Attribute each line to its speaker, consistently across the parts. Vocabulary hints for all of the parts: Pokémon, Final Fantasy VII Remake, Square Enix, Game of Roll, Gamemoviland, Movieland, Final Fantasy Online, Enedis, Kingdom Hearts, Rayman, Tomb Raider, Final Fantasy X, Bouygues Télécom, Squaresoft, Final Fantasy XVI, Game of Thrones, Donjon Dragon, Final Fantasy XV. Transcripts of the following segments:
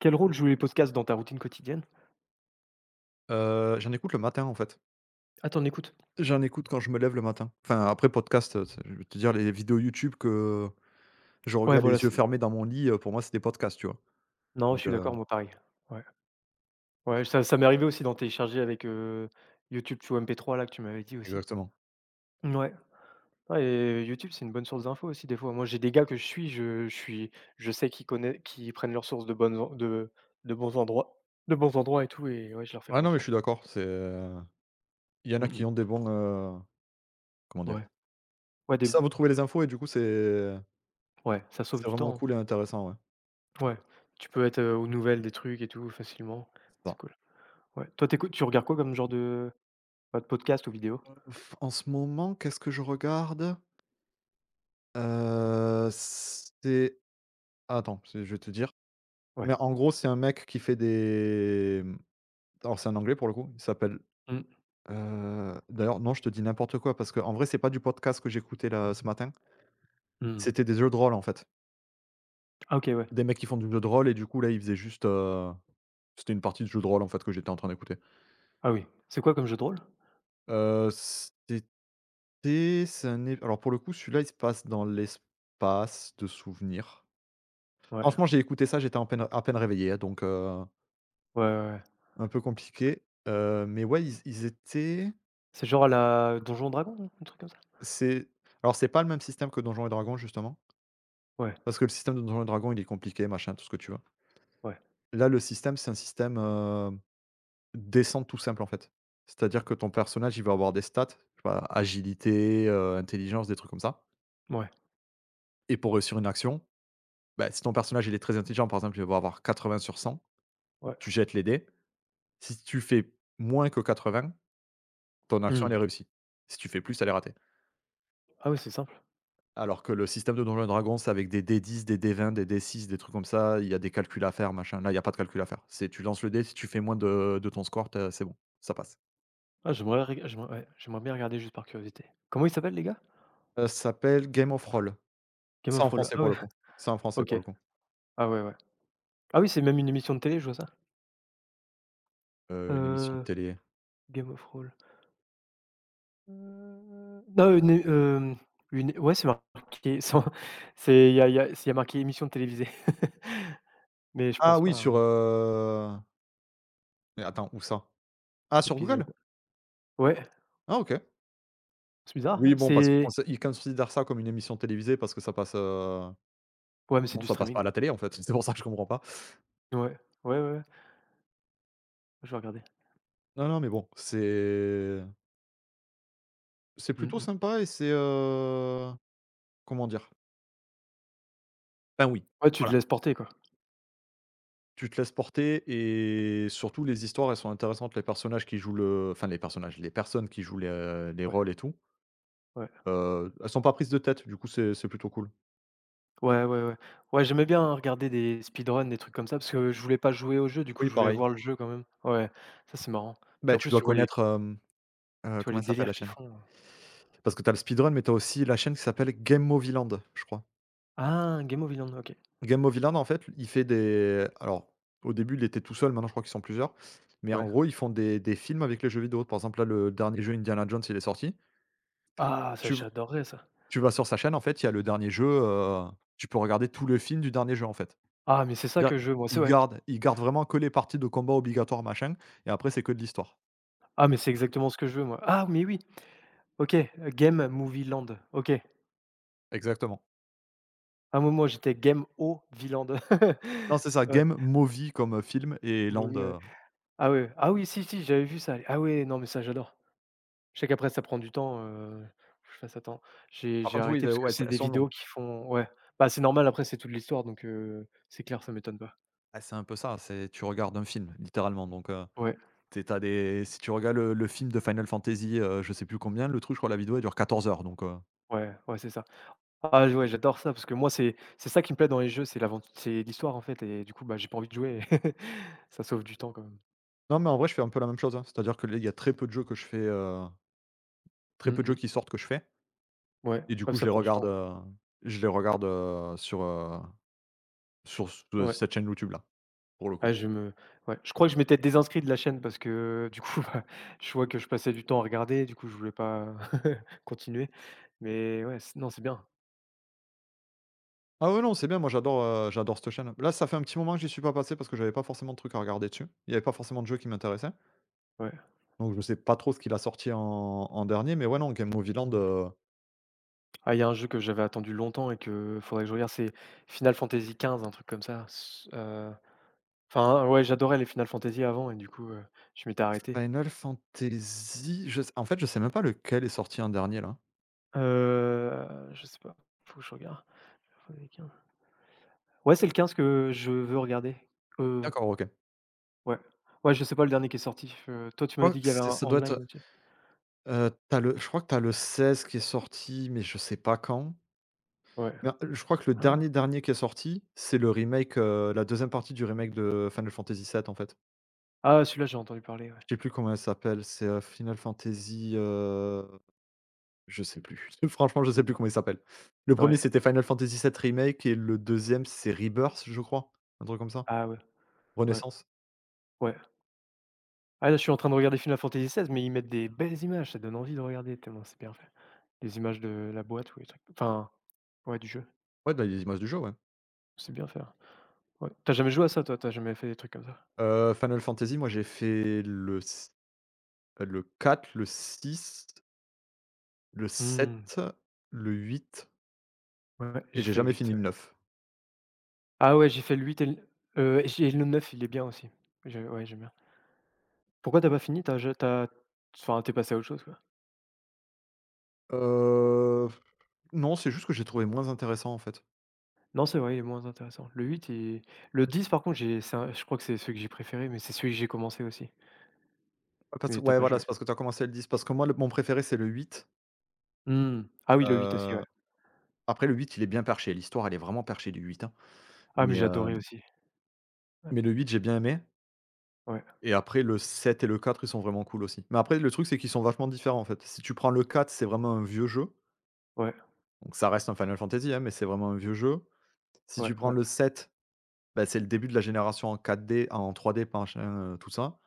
Speaker 1: Quel rôle jouent les podcasts dans ta routine quotidienne?
Speaker 2: J'en écoute le matin, en fait.
Speaker 1: Ah, t'en écoutes?
Speaker 2: J'en écoute quand je me lève le matin. Enfin, après podcast, je vais te dire les vidéos YouTube que je
Speaker 1: Ouais,
Speaker 2: regarde
Speaker 1: voilà,
Speaker 2: les yeux
Speaker 1: c'est
Speaker 2: fermés dans mon lit, pour moi, c'est des podcasts, tu vois?
Speaker 1: non, je
Speaker 2: Donc
Speaker 1: suis d'accord, moi pareil. Ouais, ouais, ça m'est arrivé aussi d'en télécharger avec, YouTube, tu vois? MP3 là que tu m'avais dit aussi.
Speaker 2: exactement.
Speaker 1: Ouais, ouais et YouTube, c'est une bonne source d'infos aussi des fois. Moi, j'ai des gars que je suis, je suis je sais qu'ils connaissent qu'ils prennent leurs sources de bonnes en de bons endroits de bons endroits et tout et ouais, je leur fais
Speaker 2: Ah non, mais je
Speaker 1: confiance.
Speaker 2: suis d'accord, c'est, il y en a
Speaker 1: Mmh
Speaker 2: qui
Speaker 1: mh.
Speaker 2: ont des bons, comment
Speaker 1: Ouais,
Speaker 2: dire?
Speaker 1: ouais
Speaker 2: Ils
Speaker 1: des
Speaker 2: savent trouver les infos et du coup, c'est
Speaker 1: ouais, ça sauve
Speaker 2: c'est
Speaker 1: du
Speaker 2: vraiment
Speaker 1: temps, hein.
Speaker 2: cool et intéressant, ouais.
Speaker 1: Ouais, tu peux être, aux nouvelles des trucs et tout facilement,
Speaker 2: C'est
Speaker 1: c'est
Speaker 2: ça.
Speaker 1: cool. Ouais, toi, tu regardes quoi comme genre de pas de podcast ou vidéo?
Speaker 2: Pff, en ce moment, qu'est-ce que je regarde? C'est Attends, c'est je vais te dire.
Speaker 1: Ouais.
Speaker 2: Mais en gros, c'est un mec qui fait des, alors c'est un anglais pour le coup, il s'appelle.
Speaker 1: Mmh.
Speaker 2: D'ailleurs, non, je te dis n'importe quoi parce que en vrai, c'est pas du podcast que j'écoutais là, ce matin.
Speaker 1: Mmh.
Speaker 2: C'était des jeux de rôle, en fait.
Speaker 1: Ah OK, ouais.
Speaker 2: Des mecs qui font du jeu de rôle et du coup, là, ils faisaient juste, c'était une partie de jeu de rôle, en fait, que j'étais en train d'écouter.
Speaker 1: Ah oui. C'est quoi comme jeu de rôle?
Speaker 2: C'était c'est un é Alors, pour le coup, celui-là, il se passe dans l'espace de souvenirs.
Speaker 1: Ouais.
Speaker 2: Franchement, j'ai écouté ça, j'étais en peine à peine réveillé, hein, donc
Speaker 1: Ouais, ouais, ouais.
Speaker 2: un peu compliqué. Mais ouais, ils étaient.
Speaker 1: C'est genre à la Donjon Dragon, un truc comme ça?
Speaker 2: C'est Alors, c'est pas le même système que Donjons& et Dragons, justement,
Speaker 1: Ouais,
Speaker 2: parce que le système de Donjons& et Dragons, il est compliqué, machin, tout ce que tu veux.
Speaker 1: ouais,
Speaker 2: Là, le système, c'est un système, descente tout simple, en fait. C'est-à-dire que ton personnage, il va avoir des stats, je sais pas, agilité, intelligence, des trucs comme ça
Speaker 1: ouais,
Speaker 2: et pour réussir une action, bah, si ton personnage, il est très intelligent, par exemple, il va avoir 80 sur 100,
Speaker 1: ouais.
Speaker 2: tu jettes les dés. Si tu fais moins que 80, ton action, elle est
Speaker 1: Mmh.
Speaker 2: réussie. Si tu fais plus, elle est ratée.
Speaker 1: Ah ouais, c'est simple.
Speaker 2: Alors que le système de Donjons& Dragons, c'est avec des dés 10, des dés 20, des dés 6, des trucs comme ça, il y a des calculs à faire, machin. Là, il y a pas de calcul à faire. C'est tu lances le dé, si tu fais moins de ton score, tu c'est bon, ça passe.
Speaker 1: Ah j'aimerais reg j'aimerais ouais, j'aimerais bien regarder juste par curiosité. Comment ils s'appellent les gars?
Speaker 2: Ça s'appelle Game of Roll.
Speaker 1: Game
Speaker 2: C'est
Speaker 1: of
Speaker 2: en
Speaker 1: Roll.
Speaker 2: français
Speaker 1: Ah
Speaker 2: pour
Speaker 1: ouais,
Speaker 2: le coup. C'est en français
Speaker 1: OK.
Speaker 2: pour le coup,
Speaker 1: Ah ouais, ouais. Ah oui, c'est même une émission de télé, je vois ça.
Speaker 2: une émission de
Speaker 1: Heu,
Speaker 2: télé.
Speaker 1: Game of Roll. Non, une é hem, une ouais, c'est marqué sans c'est il y a c'est il y a marqué émission télévisée. Mais je
Speaker 2: Ah
Speaker 1: pense
Speaker 2: oui,
Speaker 1: pas à un
Speaker 2: mais attends où ça? Ah sur
Speaker 1: épisode.
Speaker 2: Google?
Speaker 1: Ouais,
Speaker 2: Ah OK.
Speaker 1: c'est bizarre,
Speaker 2: Oui
Speaker 1: hein,
Speaker 2: bon parce qu'ils
Speaker 1: c'est
Speaker 2: consi ils considèrent ça comme une émission télévisée parce que ça passe,
Speaker 1: ouais, mais c'est
Speaker 2: non
Speaker 1: du
Speaker 2: ça passe pas à
Speaker 1: streaming.
Speaker 2: la télé en fait, c'est pour ça que je comprends pas.
Speaker 1: Ouais, ouais, ouais, ouais, je vais regarder.
Speaker 2: Non, non mais bon, c'est
Speaker 1: Mmh
Speaker 2: plutôt
Speaker 1: mh.
Speaker 2: sympa et c'est, comment dire? Ben oui,
Speaker 1: Ouais, tu te
Speaker 2: voilà,
Speaker 1: laisses porter quoi.
Speaker 2: tu te laisses porter et surtout les histoires elles sont intéressantes, les personnages qui jouent le enfin les personnages, les personnes qui jouent les
Speaker 1: Ouais,
Speaker 2: rôles et tout.
Speaker 1: ouais.
Speaker 2: Elles sont pas prises de tête, du coup, c'est plutôt cool.
Speaker 1: Ouais, ouais, ouais. Ouais, j'aimais bien regarder des speedruns, des trucs comme ça, parce que je voulais pas jouer au jeu, du coup,
Speaker 2: Oui,
Speaker 1: je voulais
Speaker 2: pareil.
Speaker 1: voir le jeu quand même. Ouais, ça c'est marrant.
Speaker 2: Bah,
Speaker 1: Puis en
Speaker 2: tu
Speaker 1: plus,
Speaker 2: dois connaître,
Speaker 1: tu vois
Speaker 2: comment
Speaker 1: les
Speaker 2: elle s'appelle
Speaker 1: délires
Speaker 2: la
Speaker 1: qu'ils
Speaker 2: chaîne?
Speaker 1: font,
Speaker 2: Parce que tu as le speedrun, mais tu as aussi la chaîne qui s'appelle Gamemoviland, je crois.
Speaker 1: ah, Game of Thrones, OK.
Speaker 2: Gamemoviland, en fait, il fait des alors, au début, il était tout seul, maintenant, je crois qu'ils sont plusieurs, mais en
Speaker 1: Ouais.
Speaker 2: gros, ils font des films avec les jeux vidéo. Par exemple, là, le dernier jeu Indiana Jones, il est sorti.
Speaker 1: Ah ça,
Speaker 2: Tu v
Speaker 1: j'adorerais ça.
Speaker 2: tu vas sur sa chaîne, en fait, il y a le dernier jeu, tu peux regarder tout le film du dernier jeu, en fait.
Speaker 1: Ah mais c'est ça
Speaker 2: C'est-à-dire,
Speaker 1: que je veux moi, c'est
Speaker 2: ils
Speaker 1: ouais.
Speaker 2: gardent ils gardent vraiment que les parties de combat obligatoires, machin, et après, c'est que de l'histoire.
Speaker 1: Ah mais c'est exactement ce que je veux moi. Ah mais oui, OK, Game Movieland, OK.
Speaker 2: Exactement.
Speaker 1: Un moment, j'étais game au Viland.
Speaker 2: Non, c'est ça,
Speaker 1: Ouais,
Speaker 2: game, movie comme, film et land,
Speaker 1: oui, ouais. Ah ouais, ah oui, si, si, j'avais vu ça. Ah ouais, non, mais ça, j'adore. Je sais qu'après, ça prend du temps, faut que je fasse attends, j'ai
Speaker 2: par
Speaker 1: j'ai
Speaker 2: contre oui,
Speaker 1: arrêté
Speaker 2: de
Speaker 1: parce que
Speaker 2: ouais,
Speaker 1: c'est
Speaker 2: elles
Speaker 1: des
Speaker 2: sont longues.
Speaker 1: vidéos qui font ouais, bah, c'est normal, après, c'est toute l'histoire, donc c'est clair, ça m'étonne pas.
Speaker 2: Ah, c'est un peu ça, c'est tu regardes un film littéralement donc
Speaker 1: Ouais,
Speaker 2: tu es des si tu regardes le film de Final Fantasy, je sais plus combien, le truc, je crois la vidéo elle dure 14 heures donc
Speaker 1: ouais, ouais, c'est ça. Ah ouais, j'adore ça parce que moi, c'est ça qui me plaît dans les jeux, c'est l'aventure, c'est l'histoire, en fait et du coup, bah, j'ai pas envie de jouer. Ça sauve du temps quand même.
Speaker 2: non, mais en vrai, je fais un peu la même chose, hein. C'est-à-dire que il y a très peu de jeux que je fais, très
Speaker 1: Mmh
Speaker 2: peu de jeux
Speaker 1: mh.
Speaker 2: qui sortent que je fais
Speaker 1: Ouais,
Speaker 2: et du
Speaker 1: ouais,
Speaker 2: coup,
Speaker 1: ça prend du temps.
Speaker 2: je les regarde, sur ce
Speaker 1: Ouais.
Speaker 2: cette chaîne YouTube là, pour le
Speaker 1: Ah
Speaker 2: coup.
Speaker 1: je me ouais, je crois que je m'étais désinscrit de la chaîne parce que du coup, bah, je vois que je passais du temps à regarder, du coup je voulais pas continuer. Mais ouais, c non, c'est bien,
Speaker 2: Ah ouais, non, c'est bien, moi j'adore cette chaîne. Là, ça fait un petit moment que j'y suis pas passé parce que j'avais pas forcément de trucs à regarder dessus. Il y avait pas forcément de jeux qui m'intéressaient.
Speaker 1: ouais.
Speaker 2: Donc je sais pas trop ce qu'il a sorti en dernier, mais ouais, non, Game Movie Land,
Speaker 1: Ah, il y a un jeu que j'avais attendu longtemps et que faudrait que je regarde, c'est Final Fantasy quinze un truc comme ça. S enfin ouais, j'adorais les Final Fantasy avant et du coup, je m'étais arrêté.
Speaker 2: Final Fantasy, je s en fait, je sais même pas lequel est sorti en dernier là.
Speaker 1: Heu, je sais pas, faut que je regarde. Final Fantasy XV. Ouais, c'est le 15 que je veux regarder. Heu,
Speaker 2: D'accord, OK.
Speaker 1: ouais. Ouais, je sais pas le dernier qui est sorti, toi tu
Speaker 2: Je
Speaker 1: m'avais
Speaker 2: crois
Speaker 1: dit
Speaker 2: que
Speaker 1: qu'il y avait
Speaker 2: c'est
Speaker 1: un
Speaker 2: ça doit être,
Speaker 1: online aussi?
Speaker 2: tu le je crois que t'as le 16 qui est sorti, mais je sais pas quand.
Speaker 1: Ouais.
Speaker 2: Mais, je crois que le
Speaker 1: Ah!
Speaker 2: dernier, dernier qui est sorti, c'est le remake, la deuxième partie du remake de Final Fantasy VII, en fait.
Speaker 1: Ah, celui-là, j'ai entendu parler, ouais.
Speaker 2: Je sais plus comment elle s'appelle, c'est, Final Fantasy, je sais plus. Franchement, je sais plus
Speaker 1: Mmh.
Speaker 2: comment il s'appelle. Le
Speaker 1: Ouais.
Speaker 2: premier, c'était Final Fantasy VII Remake et le deuxième, c'est Rebirth, je crois, un truc comme ça?
Speaker 1: Ah ouais, ouais,
Speaker 2: Renaissance?
Speaker 1: ouais. Ah, là, je suis en train de regarder Final Fantasy XVI, mais ils mettent des belles images, ça donne envie de regarder tellement c'est bien fait. Les images de la boîte ou les trucs enfin, ouais, du jeu,
Speaker 2: Ouais, dans les images du jeu, ouais.
Speaker 1: c'est bien fait, hein. Ouais. Tu as jamais joué à ça, toi? Tu as jamais fait des trucs comme ça?
Speaker 2: Final Fantasy, moi j'ai fait le 4, le 6, le
Speaker 1: Mmh.
Speaker 2: 7, le 8,
Speaker 1: Ouais, ouais,
Speaker 2: et
Speaker 1: j'ai
Speaker 2: j'ai
Speaker 1: fait
Speaker 2: jamais
Speaker 1: 8.
Speaker 2: fini
Speaker 1: Ouais.
Speaker 2: le 9.
Speaker 1: Ah ouais, j'ai fait le 8 et l j'ai le 9 il est bien aussi. Je ouais, j'aime bien. Pourquoi tu as pas fini? Tu as ja tu as enfin, tu es passé à autre chose, quoi?
Speaker 2: Heu, non, c'est juste que j'ai trouvé moins intéressant, en fait.
Speaker 1: Non, c'est vrai, il est moins intéressant. Le 8 et le 10 par contre, j'ai c'est un je crois que c'est celui que j'ai préféré, mais c'est celui que j'ai commencé aussi,
Speaker 2: Parce que
Speaker 1: mais t'as
Speaker 2: ouais,
Speaker 1: pas
Speaker 2: voilà,
Speaker 1: joué.
Speaker 2: c'est parce que tu as commencé le 10. Parce que moi le mon préféré c'est le 8.
Speaker 1: Mmh. Ah oui, le 8 aussi,
Speaker 2: heu
Speaker 1: ouais.
Speaker 2: Après le 8, il est bien perché, l'histoire elle est vraiment perchée du 8, hein.
Speaker 1: Ah mais
Speaker 2: Mais,
Speaker 1: j'ai
Speaker 2: heu,
Speaker 1: adoré aussi. Ouais,
Speaker 2: mais le 8, j'ai bien aimé
Speaker 1: ouais,
Speaker 2: et après le 7 et le 4, ils sont vraiment cool aussi. Mais après le truc c'est qu'ils sont vachement différents en fait. Si tu prends le 4, c'est vraiment un vieux jeu,
Speaker 1: ouais,
Speaker 2: donc ça reste un Final Fantasy, hein, mais c'est vraiment un vieux jeu. Si
Speaker 1: ouais,
Speaker 2: tu prends
Speaker 1: ouais,
Speaker 2: le 7, bah, c'est le début de la génération en 4D en 3D machin, tout ça.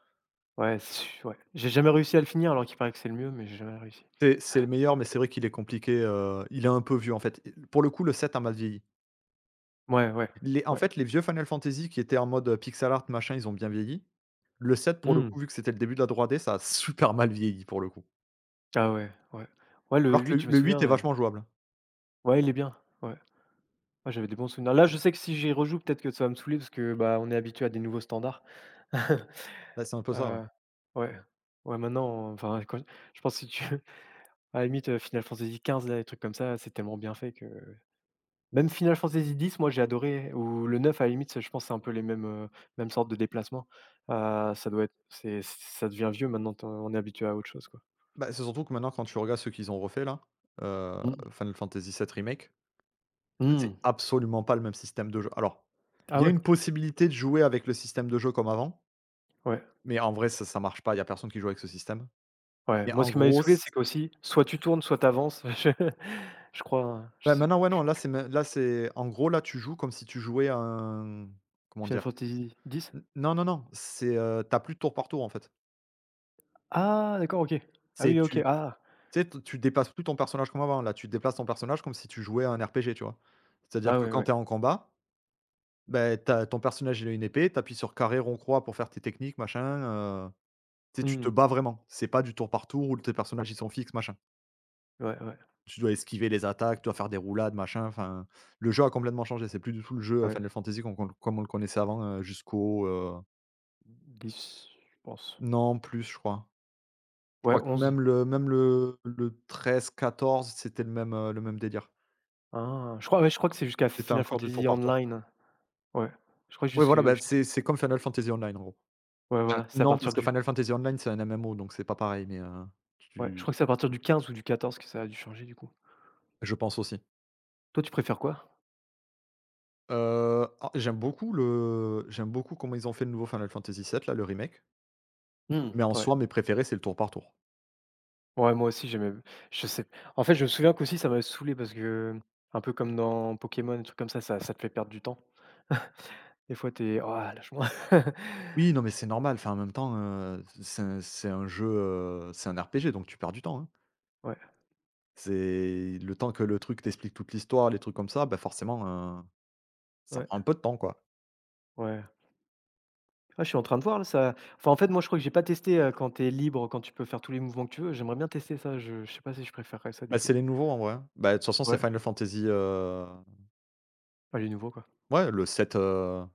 Speaker 1: ouais, c'est su ouais. J'ai jamais réussi à le finir alors qu'il paraît que c'est le mieux, mais j'ai jamais réussi.
Speaker 2: C'est le meilleur mais c'est vrai qu'il est compliqué, il est un peu vieux en fait. Pour le coup le 7 a mal vieilli.
Speaker 1: Ouais, ouais,
Speaker 2: Les En
Speaker 1: ouais.
Speaker 2: fait, les vieux Final Fantasy qui étaient en mode, pixel art machin, ils ont bien vieilli. Le 7, pour le
Speaker 1: Mmh.
Speaker 2: coup, vu que c'était le début de la 3D, ça a super mal vieilli pour le coup.
Speaker 1: Ah ouais, ouais. Ouais, le
Speaker 2: Alors que le
Speaker 1: 8 je me
Speaker 2: le 8
Speaker 1: souviens,
Speaker 2: est vachement jouable.
Speaker 1: ouais, il est bien, ouais. Ouais, j'avais des bons souvenirs. Là, je sais que si j'y rejoue, peut-être que ça va me saouler parce que, bah, on est habitué à des nouveaux standards.
Speaker 2: Bah, c'est un peu ça, ouais.
Speaker 1: Heu, ouais, ouais, maintenant, enfin, quand je pense si tu à la limite, Final Fantasy XV, là, les trucs comme ça, c'est tellement bien fait que même Final Fantasy X, moi, j'ai adoré ou le 9 à la limite, c'est je pense c'est un peu les mêmes, mêmes sortes de déplacements. Ça doit être c'est ça devient vieux maintenant, tu en on est habitué à autre chose, quoi.
Speaker 2: Bah, c'est surtout que maintenant quand tu regardes ceux qu'ils ont refait là, heu,
Speaker 1: Mmh mh.
Speaker 2: Final Fantasy 7 remake, c'est
Speaker 1: Mmh.
Speaker 2: absolument pas le même système de jeu. Alors, il
Speaker 1: Ah
Speaker 2: y a
Speaker 1: ouais?
Speaker 2: une possibilité de jouer avec le système de jeu comme avant,
Speaker 1: Ouais,
Speaker 2: mais en vrai ça ça marche pas, il y a personne qui joue avec ce système.
Speaker 1: ouais.
Speaker 2: Mais
Speaker 1: Moi,
Speaker 2: en
Speaker 1: ce qui m'avait
Speaker 2: gros,
Speaker 1: saoulé,
Speaker 2: c
Speaker 1: c'est qu'aussi, soit tu tournes, soit tu avances. Je crois, hein, je
Speaker 2: bah,
Speaker 1: sais plus,
Speaker 2: maintenant ouais, non, là c'est me là c'est en gros là tu joues comme si tu jouais à un comment
Speaker 1: Final
Speaker 2: dire?
Speaker 1: Fantasy X?
Speaker 2: N Non, non, non, c'est, tu plus de tour par tour, en fait.
Speaker 1: Ah d'accord, OK. Ah
Speaker 2: C'est
Speaker 1: oui, OK.
Speaker 2: tu
Speaker 1: Ah!
Speaker 2: tu sais, t tu déplaces plus ton personnage comme avant, là, tu déplaces ton personnage comme si tu jouais à un RPG, tu vois? C'est-à-dire
Speaker 1: Ah
Speaker 2: que
Speaker 1: ouais,
Speaker 2: quand
Speaker 1: ouais.
Speaker 2: t'es en combat, ben tu ton personnage, il a une épée, t'appuies sur carré, rond, croix pour faire tes techniques, machin, heu, tu sais, tu te
Speaker 1: Mmh.
Speaker 2: bats vraiment. C'est pas du tour par tour où tes personnages, ils sont fixes, machin.
Speaker 1: Ouais, ouais.
Speaker 2: Tu dois esquiver les attaques, tu dois faire des roulades, machin, enfin, le jeu a complètement changé. C'est plus du tout le jeu,
Speaker 1: Ouais.
Speaker 2: Final Fantasy qu'on qu'on comme on le connaissait avant, jusqu'au,
Speaker 1: Dix je pense.
Speaker 2: non, plus, je crois. Je
Speaker 1: Ouais,
Speaker 2: crois que
Speaker 1: 11
Speaker 2: même le treize quatorze c'était le même délire.
Speaker 1: ah! Je crois ouais, je crois que c'est jusqu'à
Speaker 2: C'était
Speaker 1: Final
Speaker 2: encore du tour
Speaker 1: Fantasy
Speaker 2: par tour.
Speaker 1: Online. Ouais. Je crois
Speaker 2: Oui,
Speaker 1: jusque
Speaker 2: voilà, bah,
Speaker 1: jusqu
Speaker 2: c'est comme Final Fantasy Online, en gros.
Speaker 1: ouais, voilà, c'est à
Speaker 2: Non,
Speaker 1: partir
Speaker 2: parce que
Speaker 1: du
Speaker 2: Final Fantasy Online, c'est un MMO, donc c'est pas pareil, mais
Speaker 1: ouais, je crois
Speaker 2: tu
Speaker 1: que c'est à partir du 15 ou du 14 que ça a dû changer du coup.
Speaker 2: je pense aussi.
Speaker 1: Toi, tu préfères quoi?
Speaker 2: Ah, j'aime beaucoup comment ils ont fait le nouveau Final Fantasy VII, là, le remake,
Speaker 1: Mmh,
Speaker 2: mais en
Speaker 1: ouais.
Speaker 2: soi, mes préférés, c'est le tour par tour.
Speaker 1: Ouais, moi aussi j'aimais je sais en fait, je me souviens qu'aussi ça m'a saoulé parce que, un peu comme dans Pokémon, des trucs comme ça, ça te fait perdre du temps. Des fois, t'es «Oh lâche-moi».
Speaker 2: Oui, non, mais c'est normal, enfin, en même temps, c'est un jeu, c'est un RPG, donc tu perds du temps, hein.
Speaker 1: Ouais,
Speaker 2: C'est le temps que le truc t'explique toute l'histoire, les trucs comme ça, bah, forcément, euh, Ça
Speaker 1: ouais,
Speaker 2: prend un peu de temps, quoi.
Speaker 1: ouais. Ah, je suis en train de voir là, ça enfin, en fait, moi, je crois que j'ai pas testé, quand tu es libre, quand tu peux faire tous les mouvements que tu veux. J'aimerais bien tester ça, je sais pas si je préférerais ça du
Speaker 2: Bah,
Speaker 1: coup.
Speaker 2: c'est les nouveaux, en vrai, hein. Bah, de toute façon, c'est
Speaker 1: Ouais,
Speaker 2: Final Fantasy,
Speaker 1: bah, les nouveaux quoi.
Speaker 2: ouais, le sept.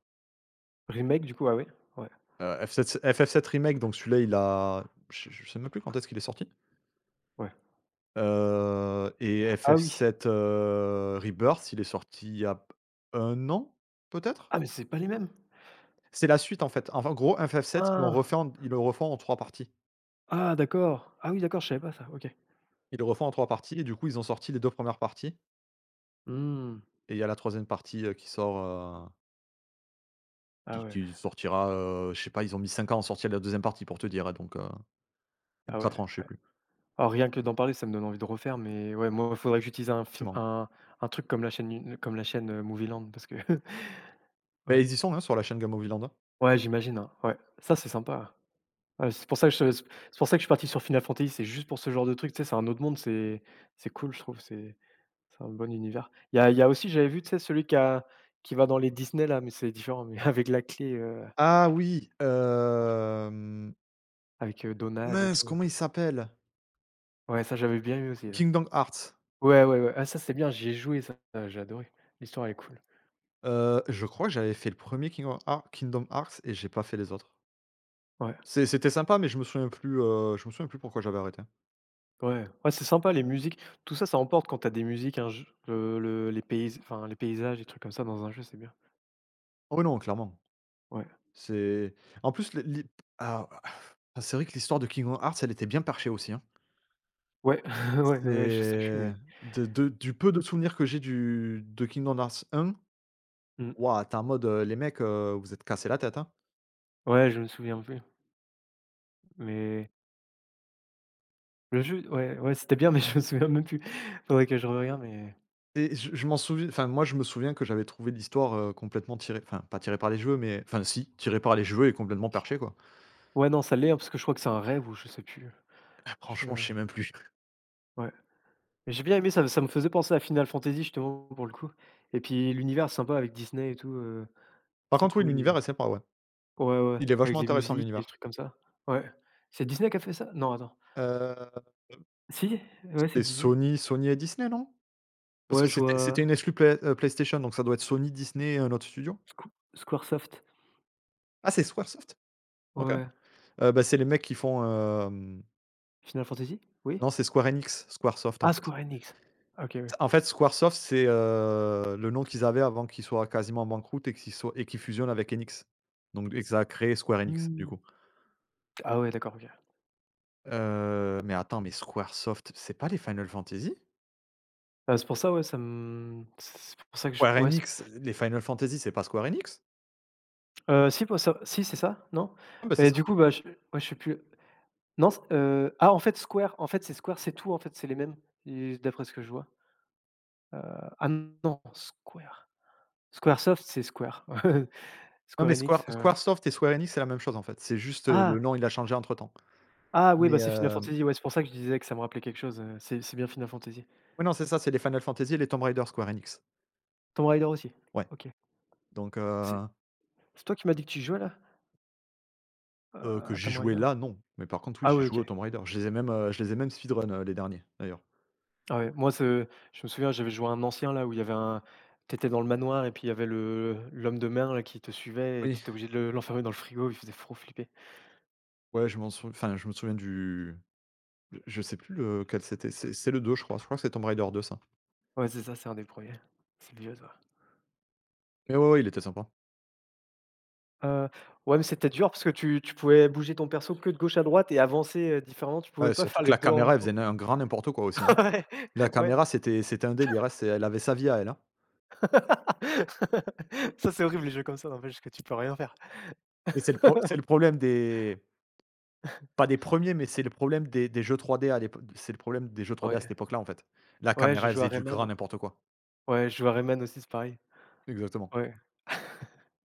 Speaker 1: Remake du coup, ah ouais? Ouais,
Speaker 2: F7 FF7 remake, donc celui-là, il a... Je sais même plus quand est-ce qu'il est sorti,
Speaker 1: ouais.
Speaker 2: et
Speaker 1: Ah oui.
Speaker 2: FF7, Rebirth, il est sorti il y a un an, peut-être?
Speaker 1: Ah mais c'est pas les mêmes?
Speaker 2: C'est la suite, en fait. Enfin, en gros, FF7,
Speaker 1: Ah!
Speaker 2: ils le refont en 3 parties.
Speaker 1: Ah d'accord. Ah oui, d'accord, je savais pas ça, OK.
Speaker 2: Ils le refont en trois parties, et du coup, ils ont sorti les 2 premières parties,
Speaker 1: Mmh.
Speaker 2: et il y a la troisième partie, heu, qui sort, heu
Speaker 1: Ah
Speaker 2: Qui
Speaker 1: ouais,
Speaker 2: qui sortira, je sais pas. Ils ont mis 5 ans à sortir la deuxième partie, pour te dire, hein. Donc, ou
Speaker 1: ah
Speaker 2: 4
Speaker 1: ouais,
Speaker 2: ans, je sais
Speaker 1: ouais.
Speaker 2: plus,
Speaker 1: Alors rien que d'en parler, ça me donne envie de refaire, mais ouais, moi, il faudrait que j'utilise un film
Speaker 2: forcément.
Speaker 1: un truc comme la chaîne, Movieland parce que
Speaker 2: Ben,
Speaker 1: ouais.
Speaker 2: ils y sont, hein, sur la chaîne Gamoviland.
Speaker 1: Ouais, j'imagine, hein, ouais. Ça, c'est sympa. Ouais, c'est pour ça que je c'est pour ça que je suis parti sur Final Fantasy, c'est juste pour ce genre de truc, tu sais, c'est un autre monde, c'est cool, je trouve, c'est un bon univers. Il y a aussi, j'avais vu, tu sais, celui qui a qui va dans les Disney là, mais c'est différent, mais avec la clé,
Speaker 2: Ah oui,
Speaker 1: avec, Donald et
Speaker 2: mince,
Speaker 1: tout.
Speaker 2: comment il s'appelle?
Speaker 1: Ouais, ça, j'avais bien aimé aussi, ouais.
Speaker 2: Kingdom Hearts.
Speaker 1: Ouais, ouais, ouais, ah ça, c'est bien, j'y ai joué ça, ça, j'ai adoré. L'histoire, elle est cool.
Speaker 2: Je crois que j'avais fait le premier Kingdom Hearts, et j'ai pas fait les autres.
Speaker 1: Ouais,
Speaker 2: C'était sympa, mais je me souviens plus, je me souviens plus pourquoi j'avais arrêté, hein.
Speaker 1: ouais, ouais, c'est sympa les musiques, tout ça, ça emporte quand t'as des musiques, un jeu le les pays enfin, les paysages, des trucs comme ça dans un jeu, c'est bien.
Speaker 2: Oh non, clairement.
Speaker 1: Ouais.
Speaker 2: C'est en plus, les ah, ah, C'est vrai que l'histoire de Kingdom Hearts, elle était bien perchée aussi, hein.
Speaker 1: Ouais, ouais, ouais, je sais plus,
Speaker 2: C'est
Speaker 1: mais
Speaker 2: de du peu de souvenirs que j'ai du de Kingdom Hearts un,
Speaker 1: mmh.
Speaker 2: waouh, t'es en mode, les mecs, vous êtes cassés la tête, hein.
Speaker 1: Ouais, je me souviens plus. Mais le jeu ouais, ouais, c'était bien, mais je me souviens même plus. Faudrait que je regarde, mais
Speaker 2: Et je m'en souviens, enfin, moi, je me souviens que j'avais trouvé l'histoire, complètement tirée, enfin, pas tirée par les cheveux, mais enfin, si, tirée par les cheveux et complètement perchée, quoi.
Speaker 1: ouais, non, ça l'est, hein, parce que je crois que c'est un rêve ou je sais plus. Je
Speaker 2: Franchement, je sais même plus.
Speaker 1: ouais. Mais j'ai bien aimé, ça me faisait penser à Final Fantasy, justement, pour le coup et puis l'univers sympa avec Disney et tout,
Speaker 2: Par
Speaker 1: c'est
Speaker 2: contre, oui,
Speaker 1: cool
Speaker 2: l'univers
Speaker 1: et
Speaker 2: est sympa, ouais.
Speaker 1: ouais, ouais,
Speaker 2: Il est
Speaker 1: avec
Speaker 2: vachement
Speaker 1: les
Speaker 2: intéressant,
Speaker 1: musiques et les
Speaker 2: l'univers.
Speaker 1: trucs comme ça. Ouais. C'est Disney qui a fait ça? Non, attends.
Speaker 2: Heu,
Speaker 1: Si? Ouais, c'est
Speaker 2: c'est
Speaker 1: Disney.
Speaker 2: Sony Sony et Disney, non? Parce
Speaker 1: Ouais,
Speaker 2: que
Speaker 1: je
Speaker 2: c'était une
Speaker 1: vois
Speaker 2: exclu PlayStation, donc ça doit être Sony, Disney et un autre studio?
Speaker 1: Squ Squaresoft.
Speaker 2: Ah, c'est Squaresoft? OK.
Speaker 1: Ouais.
Speaker 2: C'est les mecs qui font, hem
Speaker 1: Final Fantasy?
Speaker 2: non,
Speaker 1: Oui?
Speaker 2: c'est Square Enix, Squaresoft, en
Speaker 1: Ah,
Speaker 2: fait.
Speaker 1: Square Enix. OK, oui.
Speaker 2: En fait, Squaresoft, c'est, le nom qu'ils avaient avant qu'ils soient quasiment en banqueroute et qu'ils soient et qu'ils fusionnent avec Enix. Donc, et que ça a créé Square Enix, du
Speaker 1: Mmh.
Speaker 2: coup.
Speaker 1: Ah ouais, d'accord, OK.
Speaker 2: Mais attends, mais Squaresoft, c'est pas les Final Fantasy?
Speaker 1: Bah, c'est pour ça, ouais, ça me c'est pour ça que je
Speaker 2: Square
Speaker 1: ouais, c'est
Speaker 2: Enix, les Final Fantasy, c'est pas Square Enix?
Speaker 1: si pour ça si, c'est ça, non?
Speaker 2: Ah, bah, c'est
Speaker 1: Et
Speaker 2: ça.
Speaker 1: du coup, bah, je ouais, je sais plus. Non, c ah, en fait, Square, en fait, c'est Square, c'est tout, en fait, c'est les mêmes et d'après ce que je vois. Heu, ah non, Square. Squaresoft, c'est Square.
Speaker 2: Non,
Speaker 1: Square
Speaker 2: mais Square
Speaker 1: Enix,
Speaker 2: Squaresoft et Square Enix, c'est la même chose, en fait. C'est juste, le
Speaker 1: ah!
Speaker 2: nom, il a changé entre-temps.
Speaker 1: Ah oui,
Speaker 2: Mais,
Speaker 1: bah, c'est Final Fantasy, ouais, c'est pour ça que je disais que ça me rappelait quelque chose, c'est bien Final Fantasy.
Speaker 2: oui, non, c'est ça, c'est les Final Fantasy et les Tomb Raider, Square Enix.
Speaker 1: Tomb Raider aussi?
Speaker 2: Ouais,
Speaker 1: OK.
Speaker 2: donc,
Speaker 1: C'est c'est toi qui m'as dit que tu jouais, là? Heu,
Speaker 2: Que
Speaker 1: à
Speaker 2: j'ai
Speaker 1: Tomb
Speaker 2: joué
Speaker 1: Raider?
Speaker 2: là, non. Mais par contre, oui,
Speaker 1: Ah
Speaker 2: j'ai
Speaker 1: oui,
Speaker 2: joué
Speaker 1: OK.
Speaker 2: aux Tomb Raider. Je les ai même, je les ai même speedrun, les derniers, d'ailleurs.
Speaker 1: Ah ouais, moi ce je me souviens, j'avais joué à un ancien là où il y avait un t'étais dans le manoir et puis il y avait le l'homme de mer là qui te suivait et
Speaker 2: Oui.
Speaker 1: t'étais obligé de le l'enfermer dans le frigo, il faisait trop flipper.
Speaker 2: Ouais, je m'en souviens, enfin, je me souviens du je sais plus lequel c'était. C'est le 2, je crois. Je crois que c'est Tomb Raider 2, ça.
Speaker 1: Ouais, c'est ça, c'est un des premiers. C'est le vieux ça.
Speaker 2: Mais ouais, ouais, il était sympa.
Speaker 1: Heu, ouais, mais c'était dur parce que tu pouvais bouger ton perso que de gauche à droite et avancer, différemment, tu
Speaker 2: Ouais,
Speaker 1: pouvais pas
Speaker 2: surtout
Speaker 1: faire
Speaker 2: que
Speaker 1: les
Speaker 2: la
Speaker 1: deux en même
Speaker 2: caméra, elle faisait
Speaker 1: temps.
Speaker 2: un grand n'importe quoi aussi, hein.
Speaker 1: Ouais,
Speaker 2: La
Speaker 1: ouais.
Speaker 2: caméra, c'était un délire, hein. C'est elle avait sa vie à elle, hein.
Speaker 1: Ça, c'est horrible les jeux comme ça n'empêche que tu peux rien faire.
Speaker 2: Mais c'est le problème des, pas des premiers, mais c'est le problème des jeux 3D à l'époque. C'est le problème des jeux 3D à cette
Speaker 1: Ouais,
Speaker 2: époque-là, en fait. La
Speaker 1: ouais, je
Speaker 2: caméra, elle
Speaker 1: joue à
Speaker 2: faisait du grand
Speaker 1: Rayman.
Speaker 2: n'importe quoi.
Speaker 1: Ouais, je joue à Rayman aussi, c'est pareil.
Speaker 2: Exactement.
Speaker 1: Ouais.